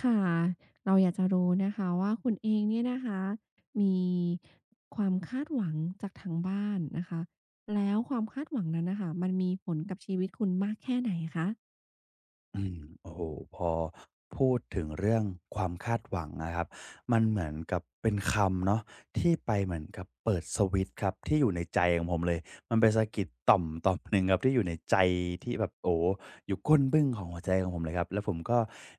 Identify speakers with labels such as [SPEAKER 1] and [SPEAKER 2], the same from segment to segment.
[SPEAKER 1] ค่ะเราอยากจะรู้นะคะว่าคุณเองเนี่ยนะคะมีความคาดหวังจากทางบ้านนะคะแล้วความคาดหวังนั้นน่ะค่ะมันมีผลกับชีวิตคุณมากแค่ไหนคะ
[SPEAKER 2] อืมโอ้โหพอพูดถึงเรื่องความคาดหวังนะครับมันเหมือนกับเป็นคำเนาะที่ไปเหมือนกับเปิดสวิตช์ครับที่อยู่ในใจของผมเลยมันเปนสะกิดต่อมหนึ่งครับที่อยู่ในใจที่แบบโอ้โอยู่ก้นบึ้งของหัวใจของผมเลยครับแล้วผมก็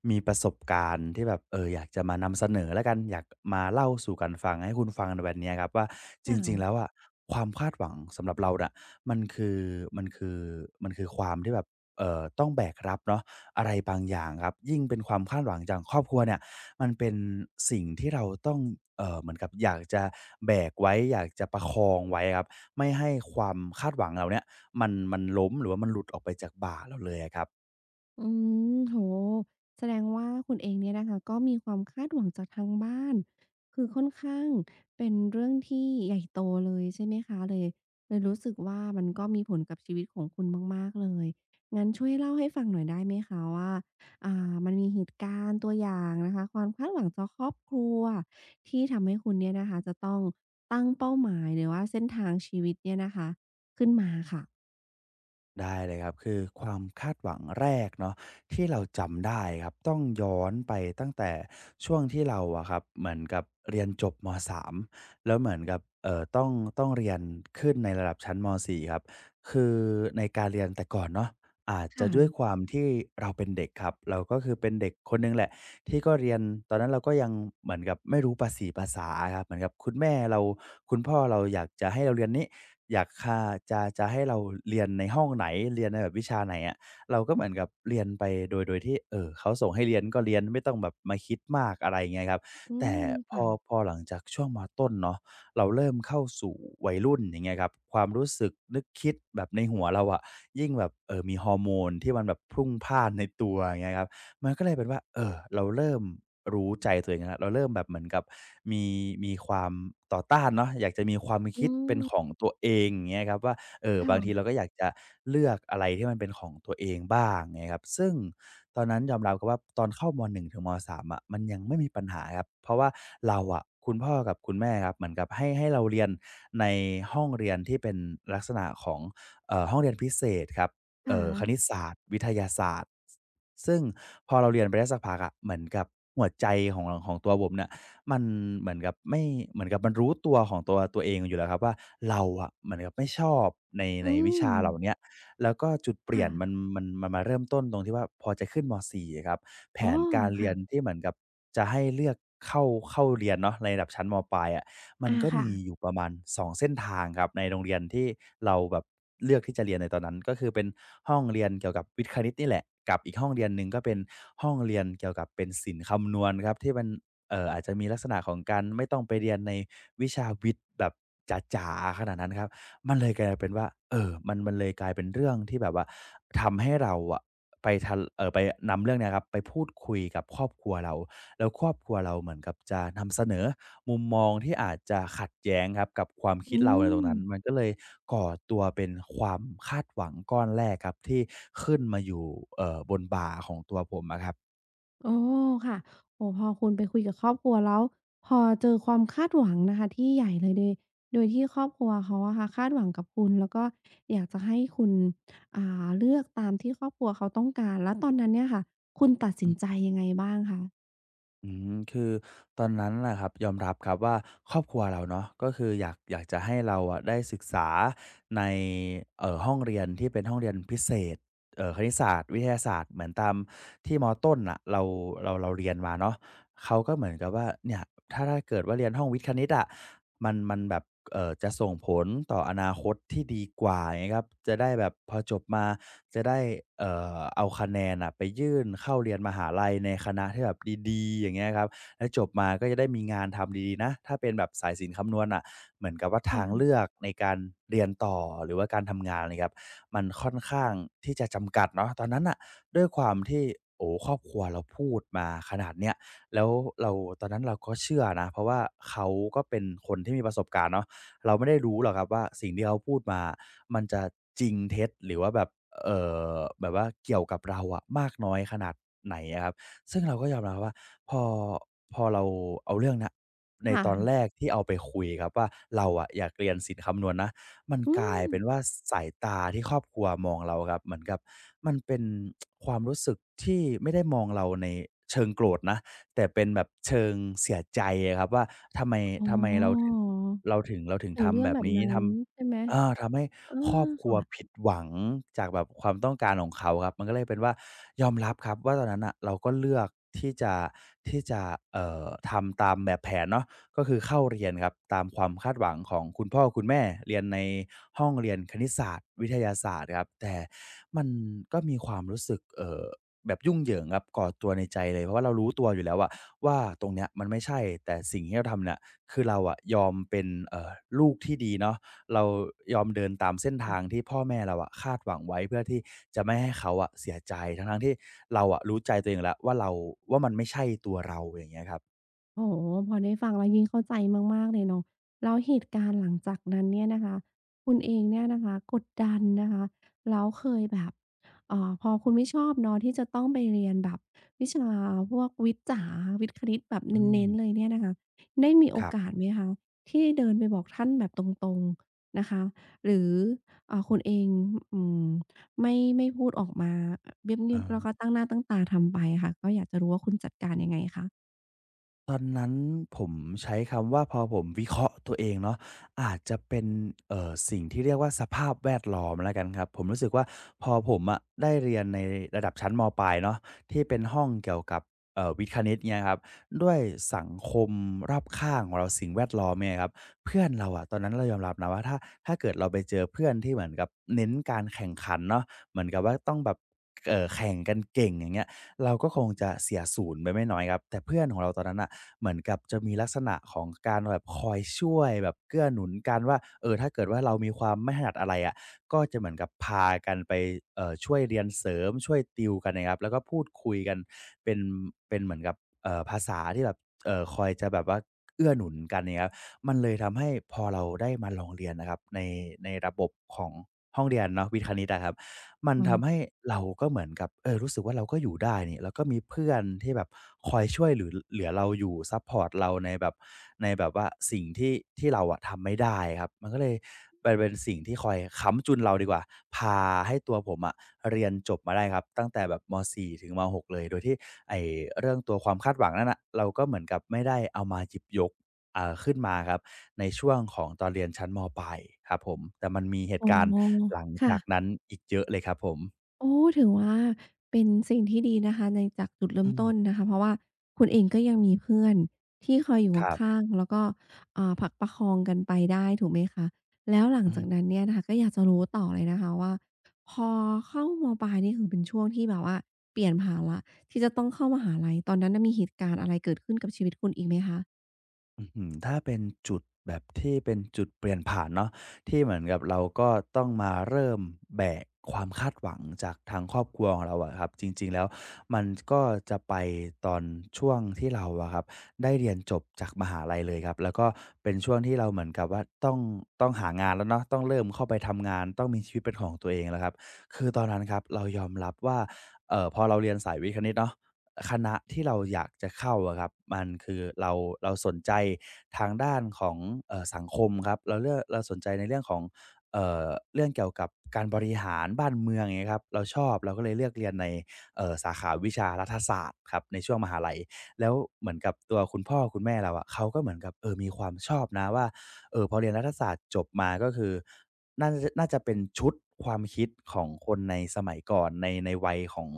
[SPEAKER 2] มีประสบการณ์ที่แบบอยากจะมานำเสนอแล้วกันอยากมาเล่าสู่กันฟังให้คุณฟังในวันเนี้ยครับว่าจริงๆแล้ว
[SPEAKER 1] ค่ะ
[SPEAKER 2] อะความคาดหวังสำหรับเราน่ะมันคือมันคือมันคือความที่แบบ ต้องแบกรับเนาะอะไรบางอย่างครับยิ่งเป็นความคาดหวังจากครอบครัวเนี่ยมันเป็นสิ่งที่เราต้องเหมือนกับอยากจะแบกไว้อยากจะประคองไว้ครับไม่ให้ความคาดหวังเราเนี่ยมันล้มหรือว่ามันหลุดออกไปจากบ่าเราเลยอะครับ
[SPEAKER 1] อืมโอ้โฮแสดงว่าคุณเองเนี่ยนะคะก็มีความคาดหวังจากทางบ้านคือค่อนข้างเป็นเรื่องที่ใหญ่โตเลยใช่ไหมคะเลยรู้สึกว่ามันก็มีผลกับชีวิตของคุณมากๆเลยงั้นช่วยเล่าให้ฟังหน่อยได้ไหมคะว่ามันมีเหตุการณ์ตัวอย่างนะคะความคาดหวังจากครอบครัวที่ทำให้คุณเนี่ยนะคะจะต้องตั้งเป้าหมายหรือว่าเส้นทางชีวิตเนี่ยนะคะขึ้นมาค่ะ
[SPEAKER 2] ได้เลยครับคือความคาดหวังแรกเนาะที่เราจำได้ครับต้องย้อนไปตั้งแต่ช่วงที่เราอะครับเหมือนกับเรียนจบมสามแล้วเหมือนกับต้องเรียนขึ้นในระดับชั้นมสี่ครับคือในการเรียนแต่ก่อนเนาะอาจ
[SPEAKER 1] ค
[SPEAKER 2] จะด้วยค
[SPEAKER 1] ่ะ
[SPEAKER 2] วามที่เราเป็นเด็กครับเราก็คือเป็นเด็กคนหนึ่งแหละ ที่ก็เรียนตอนนั้นเราก็ยังเหมือนกับไม่รู้ภาษีภาษาครับเหมือนกับคุณแม่เราคุณพ่อเราอยากจะให้เราเรียนนี้อยากคาจะให้เราเรียนในห้องไหนเรียนในแบบวิชาไหนอะเราก็เหมือนกับเรียนไปโดยที่เขาส่งให้เรียนก็เรียนไม่ต้องแบบมาคิดมากอะไรอย่างเงี้ยครับ
[SPEAKER 1] อื
[SPEAKER 2] แต่
[SPEAKER 1] มค่ะ
[SPEAKER 2] พอหลังจากช่วงมต้นเนาะเราเริ่มเข้าสู่วัยรุ่นอย่างเงี้ยครับความรู้สึกนึกคิดแบบในหัวเราอะยิ่งแบบมีฮอร์โมนที่มันแบบพรุ่งพร่านในตัวอย่างเงี้ยครับ มันก็เลยเป็นว่าเออเราเริ่มรู้ใจตัวเองแล้วเราเริ่มแบบเหมือนกับมีความต่อต้านเนาะอยากจะมีความ
[SPEAKER 1] อื
[SPEAKER 2] คิดเป็นของ
[SPEAKER 1] ม
[SPEAKER 2] ตัวเองอย่างเงี้ยครับว่าบา
[SPEAKER 1] ค่ะ
[SPEAKER 2] งทีเราก็อยากจะเลือกอะไรที่มันเป็นของตัวเองบ้างอย่างเงี้ยครับซึ่งตอนนั้นยอมรับครับว่าตอนเข้ามหนึ่งถึงมสามอะมันยังไม่มีปัญหาครับเพราะว่าเราอะคุณพ่อกับคุณแม่ครับเหมือนกับให้เราเรียนในห้องเรียนที่เป็นลักษณะของห้องเรียนพิเศษครับ
[SPEAKER 1] ค่
[SPEAKER 2] คณิต
[SPEAKER 1] ะ
[SPEAKER 2] ศาสตร์วิทยาศาสตร์ซึ่งพอเราเรียนไปได้สักพักอะเหมือนกับหัวใจของตัวผมเนี่ยมันเหมือนกับไม่เหมือนกับมันรู้ตัวของตัวเองอยู่แล้วครับว่าเราอะเหมือนกับไม่ชอบใน
[SPEAKER 1] อื
[SPEAKER 2] วิ
[SPEAKER 1] ม
[SPEAKER 2] ชาเหล่าเนี้ยแล้วก็จุดเปลี่ยน
[SPEAKER 1] ค่ะ
[SPEAKER 2] มันมาเริ่มต้นตรงที่ว่าพอจะขึ้นม4อะครับแผ
[SPEAKER 1] อ๋อ
[SPEAKER 2] นการเรี
[SPEAKER 1] ค่ะ
[SPEAKER 2] ยนที่เหมือนกับจะให้เลือกเข้าเรียนเนาะในระดับชั้นมปลายอะ มัน
[SPEAKER 1] อา
[SPEAKER 2] ก็
[SPEAKER 1] ค่ะ
[SPEAKER 2] มีอยู่ประมาณสองเส้นทางครับในโรงเรียนที่เราแบบเลือกที่จะเรียนในตอนนั้นก็คือเป็นห้องเรียนเกี่ยวกับวิทย์คณิตนี่แหละกับอีกห้องเรียนหนึ่งก็เป็นห้องเรียนเกี่ยวกับเป็นศิลป์คำนวณครับที่มันอาจจะมีลักษณะของการไม่ต้องไปเรียนในวิชาวิทย์แบบจ๋าๆขนาดนั้นครับมันเลยกลายเป็นว่ามันเลยกลายเป็นเรื่องที่แบบว่าทำให้เราอะไปทัไปนำเรื่องเนี้ยครับไปพูดคุยกับครอบครัวเราแล้วครอบครัวเราเหมือนกับจะนำเสนอ มุมมองที่อาจจะขัดแย้งครับกับความคิ
[SPEAKER 1] อื
[SPEAKER 2] ดเราในตรง
[SPEAKER 1] ม
[SPEAKER 2] นั้นมันก็เลยก่อตัวเป็นความคาดหวังก้อนแรกครับที่ขึ้นมาอยู่บนบ่าของตัวผมอะครับ
[SPEAKER 1] อ๋อค่ะ โอ้โฮพอคุณไปคุยกับครอบครัวแล้ว พอเจอความคาดหวังนะคะที่ใหญ่เลยโดยที่ครอบครัวเขาอะค่ะคาดหวังกับคุณแล้วก็อยากจะให้คุณอ่าเลือกตามที่ครอบครัวเขาต้องการ แล้วตอนนั้นเนี่ยค่ะ คุณตัดสินใจยังไงบ้างคะ
[SPEAKER 2] อืมคือตอนนั้นน่ะครับยอมรับครับว่าครอบครัวเราเนาะก็คืออยากจะให้เราอะได้ศึกษาในห้องเรียนที่เป็นห้องเรียนพิเศษคณิตศาสตร์วิทยาศาสตร์เหมือนตามที่มต้นน่ะเราเรียนมาเนาะ เขาก็เหมือนกับว่าเนี่ยถ้าเกิดว่าเรียนห้องวิทย์คณิตอะมันแบบจะส่งผลต่ออนาคตที่ดีกว่าไงีครับจะได้แบบพอจบมาจะได้เอเอาคะแนนอะไปยื่นเข้าเรียนมหาลัยในคณะที่แบบดีๆอย่างเงี้ยครับแล้วจบมาก็จะได้มีงานทำดีๆนะถ้าเป็นแบบสายศิลป์คำนวณนะเหมือนกับว่าทาง
[SPEAKER 1] ค่ะ
[SPEAKER 2] เลือกในการเรียนต่อหรือว่าการทำงานเนี่ยครับมันค่อนข้างที่จะจำกัดเนาะตอนนั้นอะด้วยความที่โอ้ครอบครัวเราพูดมาขนาดเนี้ย แล้วเราตอนนั้นเราก็เชื่อนะเพราะว่าเขาก็เป็นคนที่มีประสบการณ์เนาะเราไม่ได้รู้หรอกครับว่าสิ่งที่เขาพูดมามันจะจริงเท็จหรือว่าแบบเอ่อแบบว่าเกี่ยวกับเราอะมากน้อยขนาดไหนอะครับซึ่งเราก็ยอมรับว่าพอพอเราเอาเรื่องเนี้ยใน
[SPEAKER 1] ค
[SPEAKER 2] ตอนแร
[SPEAKER 1] ่ะ
[SPEAKER 2] กที่เอาไปคุยครับว่าเราอะอยากเรียนศิลป์คำนวณนะมัน
[SPEAKER 1] อื
[SPEAKER 2] กลาย
[SPEAKER 1] ม
[SPEAKER 2] เป็นว่าสายตาที่ครอบครัวมองเราครับเหมือนกับมันเป็นความรู้สึกที่ไม่ได้มองเราในเชิงโกรธนะ แต่เป็นแบบเชิงเสียใจอะครับว่าทำไม
[SPEAKER 1] อ๋
[SPEAKER 2] ทำไมเราถึง
[SPEAKER 1] อ
[SPEAKER 2] เราถึง
[SPEAKER 1] ถึงเรื่
[SPEAKER 2] ทำ
[SPEAKER 1] อ
[SPEAKER 2] แบ
[SPEAKER 1] ง
[SPEAKER 2] บ
[SPEAKER 1] แบบ
[SPEAKER 2] นี้
[SPEAKER 1] นั้
[SPEAKER 2] ท
[SPEAKER 1] นใช่ไหม
[SPEAKER 2] ำทำให้
[SPEAKER 1] เออ
[SPEAKER 2] ครอบครั
[SPEAKER 1] ค่
[SPEAKER 2] วผิดหวังจากแบบความต้องการของเขาครับมันก็เลยเป็นว่ายอมรับครับว่าตอนนั้นน่ะเราก็เลือกที่จะที่จะทำตามแบบแผนเนาะก็คือเข้าเรียนครับตามความคาดหวังของคุณพ่อคุณแม่เรียนในห้องเรียนคณิตศาสตร์วิทยาศาสตร์ครับแต่มันก็มีความรู้สึกแบบยุ่งเหยิงครับกอดตัวในใจเลยเพราะว่าเรารู้ตัวอยู่แล้วอะว่าตรงเนี้ยมันไม่ใช่แต่สิ่งที่เราทำเนี่ยคือเราอะยอมเป็นลูกที่ดีเนาะเรายอมเดินตามเส้นทา
[SPEAKER 1] ะ
[SPEAKER 2] งที่พ่อแม่เราอะคาดหวังไว้เพื่อที่จะไม่ให้เขาอะเสียใจทั้งทงที่เราอะรู้ใจตัวเองอแล้วว่าเราว่ามันไม่ใช่ตัวเราอย่างเงี้ยครับ
[SPEAKER 1] โอ้โฮพอได้ฟังแล้วยิ่งเข้าใจมากๆเลยเนาะแล้วเหตุการณ์หลังจากนั้นเนี่ยนะคะคุณเองเนี่ยนะคะกดดันนะคะแล้วเคยแบบพอคุณไม่ชอบเนาะที่จะต้องไปเรียนแบบวิชาพวกวิทย์จ๋าวิทย์คณิตแบบเ
[SPEAKER 2] อืม
[SPEAKER 1] น้นๆเลยเนี่ยนะคะได้มีโอ
[SPEAKER 2] ครั
[SPEAKER 1] กาส
[SPEAKER 2] บ
[SPEAKER 1] ไหมคะที่เดินไปบอกท่านแบบตรงๆนะคะ หรืออ่าคุณเองอืมไม่พูดออกมาเงียบๆแล้วก็
[SPEAKER 2] เออ
[SPEAKER 1] ตั้งหน้าตั้งตาทำไปอะค่ะ ก็อยากจะรู้ว่าคุณจัดการยังไงคะ
[SPEAKER 2] ตอนนั้นผมใช้คำว่าพอผมวิเคราะห์ตัวเองเนาะอาจจะเป็นสิ่งที่เรียกว่าสภาพแวดล้อมแล้วกันครับผมรู้สึกว่าพอผมอะได้เรียนในระดับชั้นมปลายเนาะที่เป็นห้องเกี่ยวกับวิทย์คณิตเงี้ยครับด้วยสังคมรอบข้างของเราสิ่งแวดล้อมเนี่ยครับเพื่อนเราอะตอนนั้นเรายอมรับนะว่าถ้าเกิดเราไปเจอเพื่อนที่เหมือนกับเน้นการแข่งขันเนาะเหมือนกับว่าต้องแบบแข่งกันเก่งอย่างเงี้ยเราก็คงจะเสียศูนย์ไปไม่น้อยครับแต่เพื่อนของเราตอนนั้นน่ะ เหมือนกับจะมีลักษณะของการแบบคอยช่วยแบบเกื้อหนุนกันว่าเออถ้าเกิดว่าเรามีความไม่ถนัดอะไรอะก็จะเหมือนกับพากันไปช่วยเรียนเสริมช่วยติวกันนะครับแล้วก็พูดคุยกันเป็นเป็นเหมือนกับภาษาที่แบบคอยจะแบบว่าเอื้อหนุนกันเนี่ยครับมันเลยทำให้พอเราได้มาลองเรียนนะครับในระบบของห้องเรียนเนาะวิทย์คณิตอะครับ มัน
[SPEAKER 1] มา
[SPEAKER 2] ทำให้เราก็เหมือนกับเออรู้สึกว่าเราก็อยู่ได้นี่แล้วก็มีเพื่อนที่แบบคอยช่วยเหลือเราอยู่ซัปพอร์ตเราในแบบในแบบว่าสิ่งที่ที่เราอะทำไม่ได้ครับมันก็เลยไปเป็นสิ่งที่คอยค้ำจุนเราดีกว่าพาให้ตัวผมอะเรียนจบมาได้ครับตั้งแต่แบบม4ถึงม6เลยโดยที่ไอ้เรื่องตัวความคาดหวังนั่นน่ะเราก็เหมือนกับไม่ได้เอามาหยิบยกอ่าขึ้นมาครับ ในช่วงของตอนเรียนชั้นมปลายครับผมแต่มันมีเห
[SPEAKER 1] อ๋
[SPEAKER 2] ตุ
[SPEAKER 1] อ
[SPEAKER 2] การณ์หลัง
[SPEAKER 1] ค่ะ
[SPEAKER 2] จากนั้นอีกเยอะเลยครับผม
[SPEAKER 1] โอ้ถือว่าเป็นสิ่งที่ดีนะคะในจากจุดเริ่
[SPEAKER 2] อื
[SPEAKER 1] มต้น
[SPEAKER 2] ม
[SPEAKER 1] นะคะ เพราะว่าคุณเองก็ยังมีเพื่อนที่คอยอยู่
[SPEAKER 2] ครับ
[SPEAKER 1] ข้างๆแล้วก็ผลักประคองกันไปได้ถูกไหมคะแล้วหลัง
[SPEAKER 2] อื
[SPEAKER 1] จา
[SPEAKER 2] ม
[SPEAKER 1] กนั้นเนี่ยนะคะก็อยากจะรู้ต่อเลยนะคะว่าพอเข้ามปลายนี่คือเป็นช่วงที่แบบว่าเปลี่ยนผ่านแล้วที่จะต้องเข้ามหาลัยตอนนั้นน่ะมีเหตุการณ์อะไรเกิดขึ้นกับชีวิตคุณอีกไหมคะ
[SPEAKER 2] อื้อฮือถ้าเป็นจุดแบบที่เป็นจุดเปลี่ยนผ่านเนาะที่เหมือนกับเราก็ต้องมาเริ่มแบกความคาดหวังจากทางครอบครัวของเราอะครับจริงๆแล้วมันก็จะไปตอนช่วงที่เราอะครับได้เรียนจบจากมหาลัยเลยครับแล้วก็เป็นช่วงที่เราเหมือนกับว่าต้องหางานแล้วเนาะต้องเริ่มเข้าไปทำงานต้องมีชีวิตเป็นของตัวเองแล้วครับคือตอนนั้นครับเรายอมรับว่าพอเราเรียนสายวิทย์คณิตเนาะ คณะที่เราอยากจะเข้าอะครับมันคือเราสนใจทางด้านของสังคมครับเราเลือกเราสนใจในเรื่องของเอ่อเรื่องเกี่ยวกับการบริหารบ้านเมืองอย่างเงี้ยครับเราชอบเราก็เลยเลือกเรียนในสาขาวิชารัฐศาสตร์ครับในช่วงมหาลัยแล้วเหมือนกับตัวคุณพ่อคุณแม่เราอะเขาก็เหมือนกับเออมีความชอบนะว่าเออพอเรียนรัฐศาสตร์จบมาก็คือ น่าจะเป็นชุดความคิดของคนในสมัยก่อนในวัยของ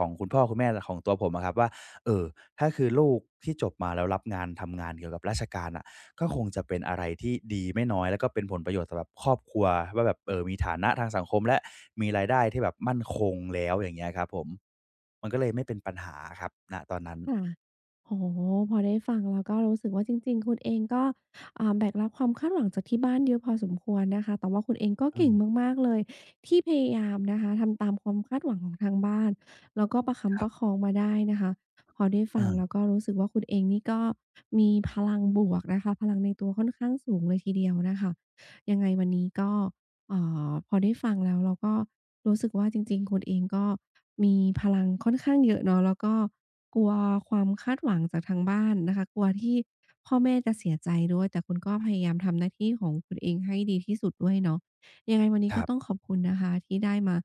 [SPEAKER 2] ของคุณพ่อคุณแม่และของตัวผมอะครับว่าเออถ้าคือลูกที่จบมาแล้วรับงานทำงานเกี่ยวกับราชการอะก็คงจะเป็นอะไรที่ดีไม่น้อยแล้วก็เป็นผลประโยชน์สำหรับครอบครัวว่าแบบเออมีฐานะทางสังคมและมีรายได้ที่แบบมั่นคงแล้วอย่างเงี้ยครับผมมันก็เลยไม่เป็นปัญหาครับณตอนนั้น
[SPEAKER 1] ค่ะโอ้โฮพอได้ฟังแล้วก็รู้สึกว่าจริงๆ คุณเองก็แบกรับความคาดหวังจากที่บ้านเยอะพอสมควรนะคะแต่ว่าคุณเองก็
[SPEAKER 2] อื
[SPEAKER 1] เก่ง
[SPEAKER 2] ม
[SPEAKER 1] มากๆ เลยที่พยายามนะคะทำตามความคาดหวังของทางบ้านแล้วก็ประคับ
[SPEAKER 2] ค
[SPEAKER 1] ป
[SPEAKER 2] รั
[SPEAKER 1] ระค
[SPEAKER 2] บ
[SPEAKER 1] องมาได้นะคะพอได้
[SPEAKER 2] เอ
[SPEAKER 1] ฟังแล้ว
[SPEAKER 2] อ
[SPEAKER 1] ก็รู้สึกว่าคุณเองนี่ก็มีพลังบวกนะคะพลังในตัวค่อนข้างสูงเลยทีเดียวนะคะยังไงวันนี้ก็ เอ่พอได้ฟังแล้วเราก็รู้สึกว่าจริงๆคุณเองก็มีพลังค่อนข้างเยอะเนาะแล้วก็กลัวความคาดหวังจากทางบ้านนะคะกลัวที่พ่อแม่จะเสียใจด้วยแต่คุณก็พยายามทำหน้าที่ของคุณเองให้ดีที่สุดด้วยเนาะยังไงวันนี้
[SPEAKER 2] ค
[SPEAKER 1] ก็
[SPEAKER 2] รั
[SPEAKER 1] ต้อง
[SPEAKER 2] บ
[SPEAKER 1] ขอบคุณนะคะที่ได้มา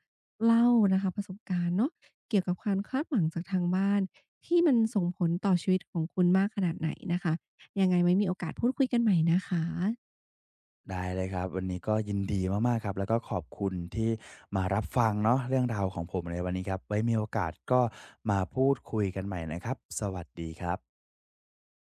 [SPEAKER 1] เล่านะคะประสบการณ์เนาะเกี่ยวกับความคาดหวังจากทางบ้านที่มันส่งผลต่อชีวิตของคุณมากขนาดไหนนะคะยังไงไว้มีโอกาสพูดคุยกันใหม่นะคะ
[SPEAKER 2] ได้เลยครับวันนี้ก็ยินดีมากๆครับแล้วก็ขอบคุณที่มารับฟังเนาะเรื่องราวของผมในวันนี้ครับไว้มีโอกาสก็มาพูดคุยกันใหม่นะครับสวัสดีครับ